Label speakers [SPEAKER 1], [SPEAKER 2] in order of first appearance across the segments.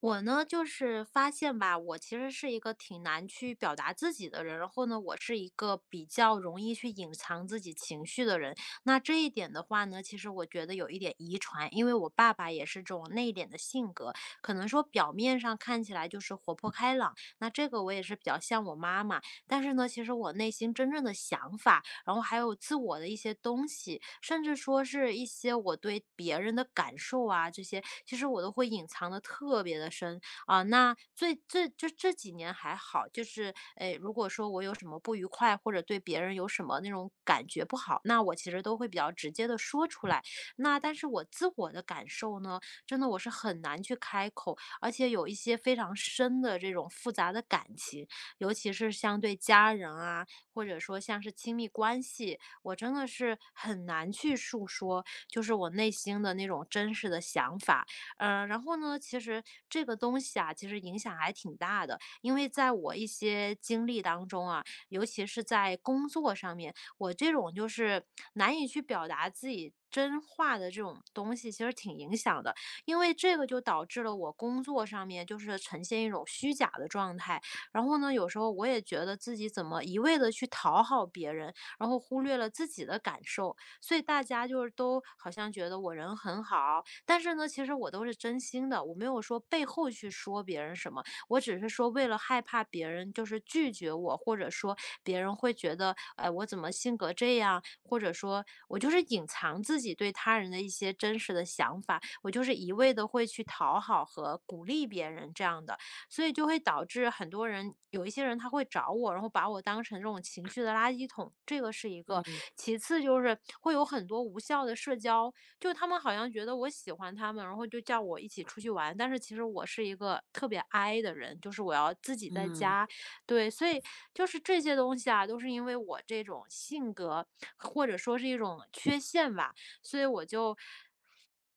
[SPEAKER 1] 我呢，就是发现吧，我其实是一个挺难去表达自己的人，然后呢，我是一个比较容易去隐藏自己情绪的人。那这一点的话呢，其实我觉得有一点遗传，因为我爸爸也是这种内敛的性格，可能说表面上看起来就是活泼开朗，那这个我也是比较像我妈妈，但是呢，其实我内心真正的想法。然后还有自我的一些东西，甚至说是一些我对别人的感受啊，这些其实我都会隐藏的特别的深啊。那最这就这几年还好，就是诶，如果说我有什么不愉快，或者对别人有什么那种感觉不好，那我其实都会比较直接的说出来。那但是我自我的感受呢，真的我是很难去开口，而且有一些非常深的这种复杂的感情，尤其是像对家人啊，或者说像是亲密关系，我真的是很难去诉说，就是我内心的那种真实的想法。然后呢，其实这个东西啊，其实影响还挺大的，因为在我一些经历当中啊，尤其是在工作上面，我这种就是难以去表达自己真话的这种东西，其实挺影响的。因为这个就导致了我工作上面就是呈现一种虚假的状态，然后呢，有时候我也觉得自己怎么一味的去讨好别人，然后忽略了自己的感受，所以大家就是都好像觉得我人很好，但是呢，其实我都是真心的，我没有说背后去说别人什么，我只是说为了害怕别人就是拒绝我，或者说别人会觉得，哎，我怎么性格这样，或者说我就是隐藏自己对他人的一些真实的想法，我就是一味的会去讨好和鼓励别人这样的，所以就会导致很多人，有一些人他会找我，然后把我当成这种情绪的垃圾桶，这个是一个。
[SPEAKER 2] 嗯
[SPEAKER 1] 其次就是会有很多无效的社交，就他们好像觉得我喜欢他们，然后就叫我一起出去玩，但是其实我是一个特别 I 的人，就是我要自己在
[SPEAKER 2] 嗯
[SPEAKER 1] 家。对，所以就是这些东西啊，都是因为我这种性格或者说是一种缺陷吧，所以我就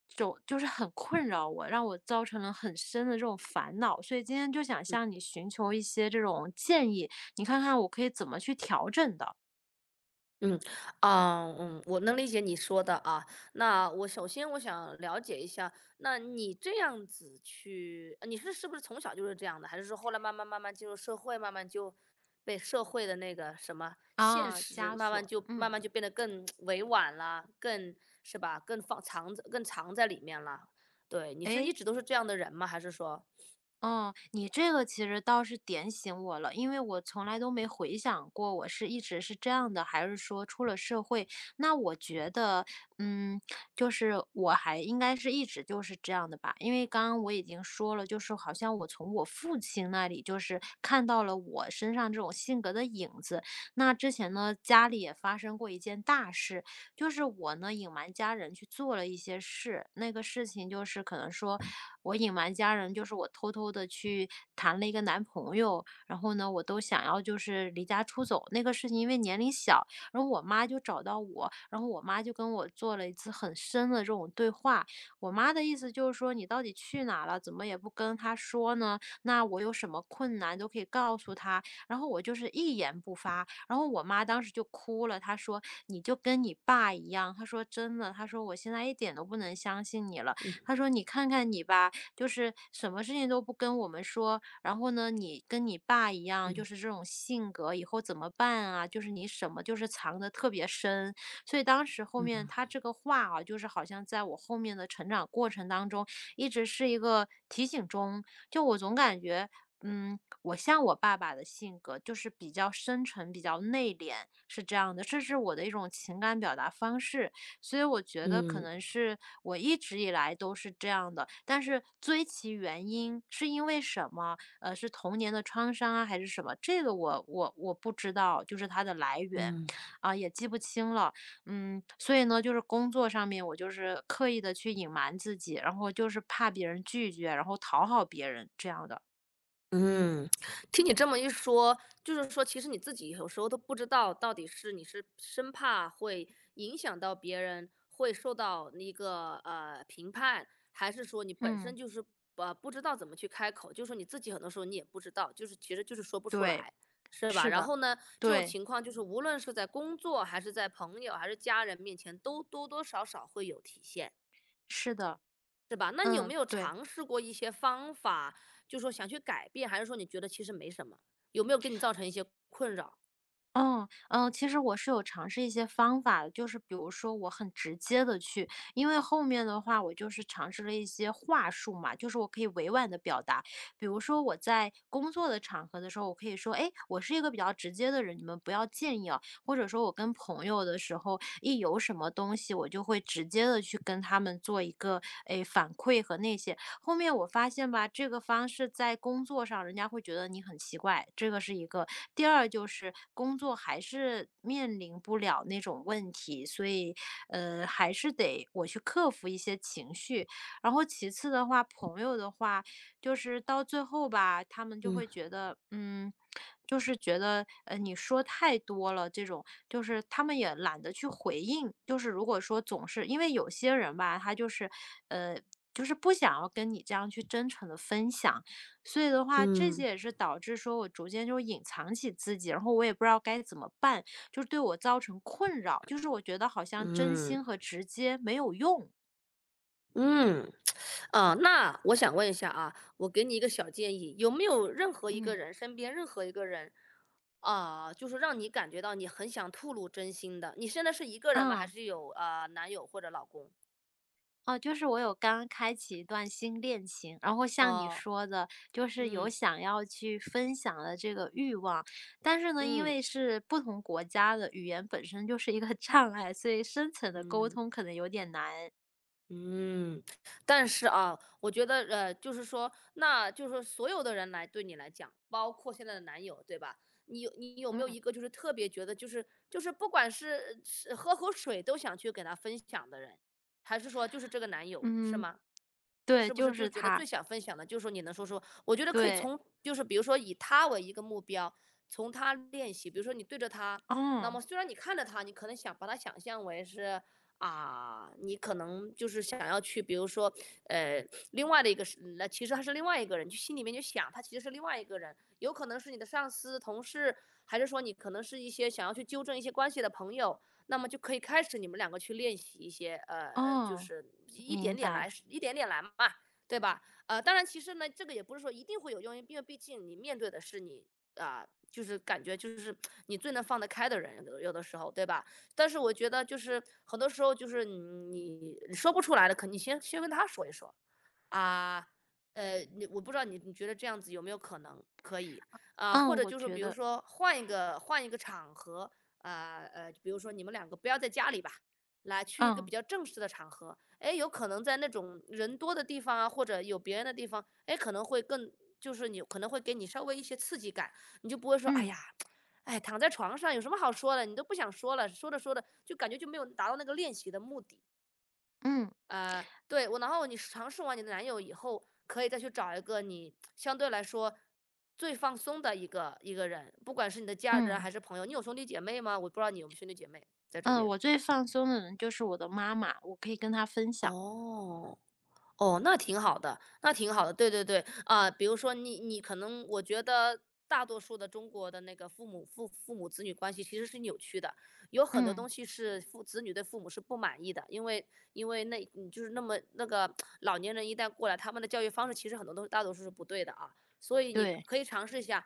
[SPEAKER 1] 就就是很困扰我，让我造成了很深的这种烦恼，所以今天就想向你寻求一些这种建议，你看看我可以怎么去调整的。
[SPEAKER 2] 嗯。啊，我能理解你说的啊。那我首先我想了解一下，那你这样子去，你是不是从小就是这样的，还是说后来慢慢慢慢进入社会，慢慢就被社会的那个什么现
[SPEAKER 1] 啊，
[SPEAKER 2] 实，
[SPEAKER 1] 枷
[SPEAKER 2] 慢慢
[SPEAKER 1] 锁，
[SPEAKER 2] 就
[SPEAKER 1] 嗯。
[SPEAKER 2] 慢慢就变得更 委婉了，更是吧，更藏在里面了。对，你是一
[SPEAKER 1] 诶。
[SPEAKER 2] 直都是这样的人吗？还是说，
[SPEAKER 1] 嗯，你这个其实倒是点醒我了，因为我从来都没回想过，我是一直是这样的，还是说出了社会？那我觉得，嗯，就是我还应该是一直就是这样的吧，因为刚刚我已经说了，就是好像我从我父亲那里就是看到了我身上这种性格的影子。那之前呢，家里也发生过一件大事，就是我呢隐瞒家人去做了一些事，那个事情就是可能说。我隐瞒家人，就是我偷偷的去谈了一个男朋友，然后呢，我都想要就是离家出走。那个事情因为年龄小，然后我妈就找到我，然后我妈就跟我做了一次很深的这种对话。我妈的意思就是说："你到底去哪了？怎么也不跟她说呢？那我有什么困难都可以告诉她。"然后我就是一言不发，然后我妈当时就哭了，她说："你就跟你爸一样。"她说："真的，她说我现在一点都不能相信你了。"
[SPEAKER 2] 嗯
[SPEAKER 1] 她说："你看看你吧，就是什么事情都不跟我们说，然后呢，你跟你爸一样，就
[SPEAKER 2] 嗯
[SPEAKER 1] 是这种性格，以后怎么办啊？就是你什么就是藏的特别深，所以当时后面
[SPEAKER 2] 嗯
[SPEAKER 1] 他这个话啊，就是好像在我后面的成长过程当中，一直是一个提醒中，就我总感觉。嗯，我像我爸爸的性格，就是比较深沉、比较内敛，是这样的，这是我的一种情感表达方式。所以我觉得可
[SPEAKER 2] 嗯
[SPEAKER 1] 能是我一直以来都是这样的，但是追其原因是因为什么？是童年的创伤啊，还是什么？这个我不知道，就是它的来源，
[SPEAKER 2] 嗯。
[SPEAKER 1] 啊，也记不清了。嗯，所以呢，就是工作上面我就是刻意的去隐瞒自己，然后就是怕别人拒绝，然后讨好别人这样的。
[SPEAKER 2] 嗯，听你这么一说，就是说，其实你自己有时候都不知道，到底是你是生怕会影响到别人，会受到那个评判，还是说你本身
[SPEAKER 1] 嗯，
[SPEAKER 2] 就是不知道怎么去开口，就是说你自己很多时候你也不知道，就是其实就是说不出
[SPEAKER 1] 对，
[SPEAKER 2] 来，是吧？
[SPEAKER 1] 是
[SPEAKER 2] 然
[SPEAKER 1] 的，
[SPEAKER 2] 后呢，这种
[SPEAKER 1] 对，
[SPEAKER 2] 情况就是无论是在工作还是在朋友还是家人面前，都多多少少会有体现。
[SPEAKER 1] 是的，
[SPEAKER 2] 是吧？那你有
[SPEAKER 1] 嗯，
[SPEAKER 2] 没有
[SPEAKER 1] 对。
[SPEAKER 2] 尝试过一些方法，就说想去改变，还是说你觉得其实没什么？有没有给你造成一些困扰？
[SPEAKER 1] 其实我是有尝试一些方法的，就是比如说我很直接的去因为后面的话我就是尝试了一些话术嘛，就是我可以委婉的表达。比如说我在工作的场合的时候，我可以说："哎，我是一个比较直接的人，你们不要介意啊。"或者说我跟朋友的时候，一有什么东西，我就会直接的去跟他们做一个，哎，反馈和那些。后面我发现吧，这个方式在工作上人家会觉得你很奇怪，这个是一个。第二就是工作还是面临不了那种问题，所以还是得我去克服一些情绪。然后其次的话，朋友的话，就是到最后吧，他们就
[SPEAKER 2] 嗯
[SPEAKER 1] 会觉得，嗯，就是觉得，你说太多了，这种就是他们也懒得去回应。就是如果说总是因为有些人吧，他就是，呃，就是不想要跟你这样去真诚的分享，所以的话，这些
[SPEAKER 2] 嗯
[SPEAKER 1] 也是导致说我逐渐就隐藏起自己，然后我也不知道该怎么办，就是对我造成困扰，就是我觉得好像真
[SPEAKER 2] 嗯
[SPEAKER 1] 心和直接没有用，
[SPEAKER 2] 嗯。啊，那我想问一下啊，我给你一个小建议，有没有任何一个
[SPEAKER 1] 嗯。
[SPEAKER 2] 人，身边任何一个人，啊、就是让你感觉到你很想吐露真心的？你现在是一个人吗？还
[SPEAKER 1] 嗯。
[SPEAKER 2] 是有啊、男友或者老公？
[SPEAKER 1] 哦，就是我有刚刚开启一段新恋情，然后像你
[SPEAKER 2] 哦、
[SPEAKER 1] 说的，就是有
[SPEAKER 2] 嗯
[SPEAKER 1] 想要去分享的这个欲望，但是呢，因
[SPEAKER 2] 嗯
[SPEAKER 1] 为是不同国家的语言本身就是一个 障碍，所以深层的沟
[SPEAKER 2] 嗯。
[SPEAKER 1] 通可能有点难。
[SPEAKER 2] 嗯，但是啊，我觉得就是说，那就是说所有的人来对你来讲，包括现在的男友，对吧？你有你有没
[SPEAKER 1] 嗯
[SPEAKER 2] 有一个就是特别觉得就是不管是喝口水都想去给他分享的人，还是说就是这个男友，是
[SPEAKER 1] 嗯，
[SPEAKER 2] 吗？
[SPEAKER 1] 对，
[SPEAKER 2] 是不是
[SPEAKER 1] 就
[SPEAKER 2] 就
[SPEAKER 1] 是
[SPEAKER 2] 觉得
[SPEAKER 1] 他，
[SPEAKER 2] 最想分享的，就是说你能说说，我觉得可以
[SPEAKER 1] 对，
[SPEAKER 2] 从就是比如说以他为一个目标，从他练习。比如说你对着他，那
[SPEAKER 1] 嗯
[SPEAKER 2] 么虽然你看着他，你可能想把他想象为是啊，你可能就是想要去，比如说呃，另外的一个是，那其实他是另外一个人，就心里面就想他其实是另外一个人，有可能是你的上司、同事，还是说你可能是一些想要去纠正一些关系的朋友，那么就可以开始你们两个去练习一些，就
[SPEAKER 1] 嗯，
[SPEAKER 2] 是一
[SPEAKER 1] 明
[SPEAKER 2] 点点
[SPEAKER 1] 白，
[SPEAKER 2] 来，一点点来嘛，对吧？当然，其实呢，这个也不是说一定会有用，因为毕竟你面对的是你啊、就是感觉就是你最能放得开的人，有的时候，对吧？但是我觉得就是很多时候就是你说不出来的，可你先跟他说一说，啊，我不知道你觉得这样子有没有可能可以啊？或
[SPEAKER 1] 嗯，
[SPEAKER 2] 者
[SPEAKER 1] 我
[SPEAKER 2] 就是
[SPEAKER 1] 觉
[SPEAKER 2] 比如
[SPEAKER 1] 得，
[SPEAKER 2] 说换一个场合，啊比如说你们两个不要在家里吧，来去一个
[SPEAKER 1] 嗯
[SPEAKER 2] 比较正式的场合，哎，有可能在那种人多的地方啊，或者有别人的地方，哎，可能会更就是你可能会给你稍微一些刺激感，你就不会说哎
[SPEAKER 1] 嗯
[SPEAKER 2] 呀。哎，躺在床上有什么好说的？你都不想说了，说着说着就感觉就没有达到那个练习的目的。
[SPEAKER 1] 嗯
[SPEAKER 2] 对，然后你尝试完你的男友以后，可以再去找一个你相对来说最放松的一个人，不管是你的家人
[SPEAKER 1] 嗯
[SPEAKER 2] 还是朋友。你有兄弟姐妹吗？我不知道你有没有兄弟姐妹在这
[SPEAKER 1] 嗯，
[SPEAKER 2] 边。
[SPEAKER 1] 我最放松的人就是我的妈妈，我可以跟她分享，
[SPEAKER 2] 哦，哦，那挺好的，那挺好的，对对对，啊，比如说你可能我觉得大多数的中国的那个父母子女关系其实是扭曲的，有很多
[SPEAKER 1] 嗯，
[SPEAKER 2] 东西是父子女对父母是不满意的，因为那就是那么那个老年人一旦过来，他们的教育方式其实很多都大多数是不对的啊，所以你
[SPEAKER 1] 对，
[SPEAKER 2] 可以尝试一下，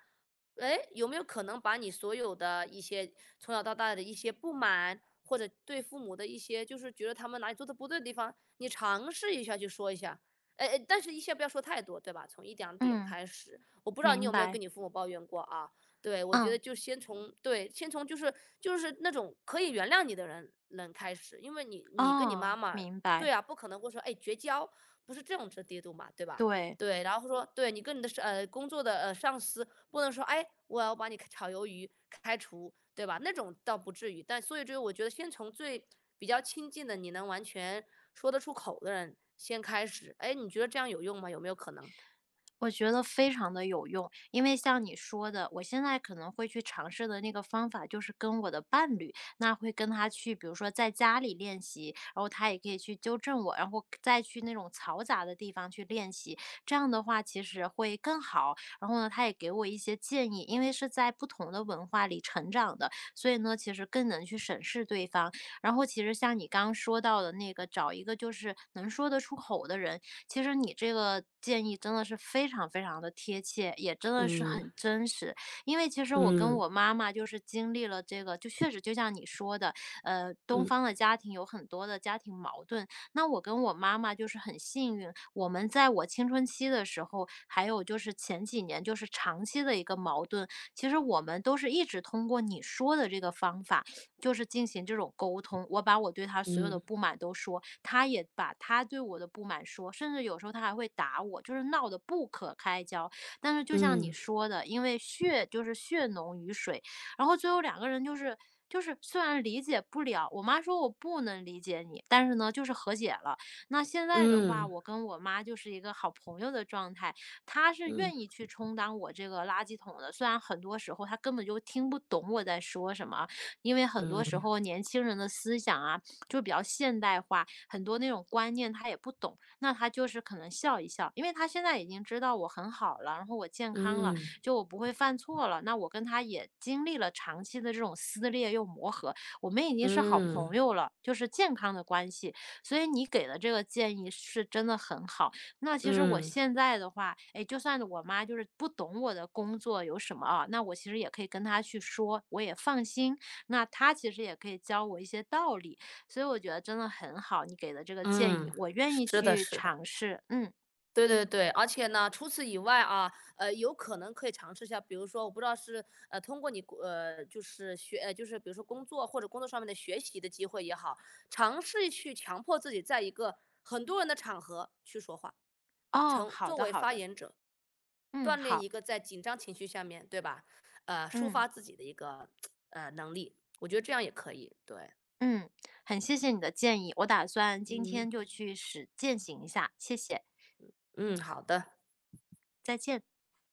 [SPEAKER 2] 哎，有没有可能把你所有的一些从小到大的一些不满，或者对父母的一些就是觉得他们哪里做的不对的地方，你尝试一下去说一下，哎哎，但是一下不要说太多，对吧？从一两点
[SPEAKER 1] 嗯，
[SPEAKER 2] 开始，我不知道你
[SPEAKER 1] 明
[SPEAKER 2] 有没有跟
[SPEAKER 1] 白。
[SPEAKER 2] 你父母抱怨过啊？对，我觉得
[SPEAKER 1] 嗯，
[SPEAKER 2] 就先从对，先从就是那种可以原谅你的人开始，因为你跟你
[SPEAKER 1] 哦，
[SPEAKER 2] 妈妈，
[SPEAKER 1] 明白，
[SPEAKER 2] 对啊，不可能会说哎绝交，不是这种这低度嘛，对吧？
[SPEAKER 1] 对。
[SPEAKER 2] 对，然后说对你跟你的工作的上司，不能说，哎，我要把你炒鱿鱼、开除，对吧？那种倒不至于，但所以这个我觉得先从最比较亲近的，你能完全说得出口的人先开始。哎，你觉得这样有用吗？有没有可能？
[SPEAKER 1] 我觉得非常的有用，因为像你说的，我现在可能会去尝试的那个方法就是跟我的伴侣，那会跟他去，比如说在家里练习，然后他也可以去纠正我，然后再去那种嘈杂的地方去练习，这样的话其实会更好。然后呢，他也给我一些建议，因为是在不同的文化里成长的，所以呢，其实更能去审视对方。然后其实像你刚刚说到的那个，找一个就是能说得出口的人，其实你这个建议真的是非常非常的贴切，也真的是
[SPEAKER 2] 嗯
[SPEAKER 1] 很真实。因为其实我跟
[SPEAKER 2] 嗯
[SPEAKER 1] 我妈妈就是经历了这个，就确实就像你说的，东方
[SPEAKER 2] 嗯
[SPEAKER 1] 的家庭有很多的家庭矛盾。那我跟我妈妈就是很幸运，我们在我青春期的时候，还有就是前几年就是长期的一个矛盾，其实我们都是一直通过你说的这个方法。就是进行这种沟通，我把我对他所有的
[SPEAKER 2] 嗯
[SPEAKER 1] 不满都说，他也把他对我的不满说，甚至有时候他还会打我，就是闹得不可开交。但是就像你
[SPEAKER 2] 嗯
[SPEAKER 1] 说的，因为血就是血浓于水，然后最后两个人就是虽然理解不了，我妈说我不能理解你，但是呢就是和解了。那现在的话，
[SPEAKER 2] 嗯
[SPEAKER 1] 我跟我妈就是一个好朋友的状态，她是愿
[SPEAKER 2] 嗯
[SPEAKER 1] 意去充当我这个垃圾桶的，虽然很多时候她根本就听不懂我在说什么啊因为很多时
[SPEAKER 2] 嗯
[SPEAKER 1] 候年轻人的思想啊，就比较现代化，很多那种观念他也不懂，那他就是可能笑一笑，因为他现在已经知道我很好了，然后我健康了，
[SPEAKER 2] 嗯
[SPEAKER 1] 就我不会犯错了，那我跟他也经历了长期的这种撕裂又磨合，我们已经是好
[SPEAKER 2] 嗯
[SPEAKER 1] 朋友了，就是健康的关系，所以你给的这个建议是真的很好。那其实我
[SPEAKER 2] 嗯
[SPEAKER 1] 现在的话，哎，就算我妈就是不懂我的工作有什么啊，那我其实也可以跟她去说，我也放心。那他其实也可以教我一些道理，所以我觉得真的很好，你给的这个建议，
[SPEAKER 2] 嗯，
[SPEAKER 1] 我愿意
[SPEAKER 2] 是的，
[SPEAKER 1] 去
[SPEAKER 2] 是的。
[SPEAKER 1] 尝试。嗯，
[SPEAKER 2] 对对对，而且呢，除此以外啊，有可能可以尝试一下，比如说，我不知道是通过你就是就是比如说工作或者工作上面的学习的机会也好，尝试去强迫自己在一个很多人的场合去说话，
[SPEAKER 1] 哦，
[SPEAKER 2] 成
[SPEAKER 1] 好
[SPEAKER 2] 作
[SPEAKER 1] 的，
[SPEAKER 2] 为
[SPEAKER 1] 好
[SPEAKER 2] 发
[SPEAKER 1] 的，
[SPEAKER 2] 言者，
[SPEAKER 1] 嗯，
[SPEAKER 2] 锻炼
[SPEAKER 1] 好，
[SPEAKER 2] 一个在紧张情绪下面，对吧？抒
[SPEAKER 1] 嗯
[SPEAKER 2] 发自己的一个能力，我觉得这样也可以。对，
[SPEAKER 1] 嗯，很谢谢你的建议，我打算今
[SPEAKER 2] 嗯。
[SPEAKER 1] 天就去实践行一下，谢谢，
[SPEAKER 2] 嗯，好的。
[SPEAKER 1] 再见。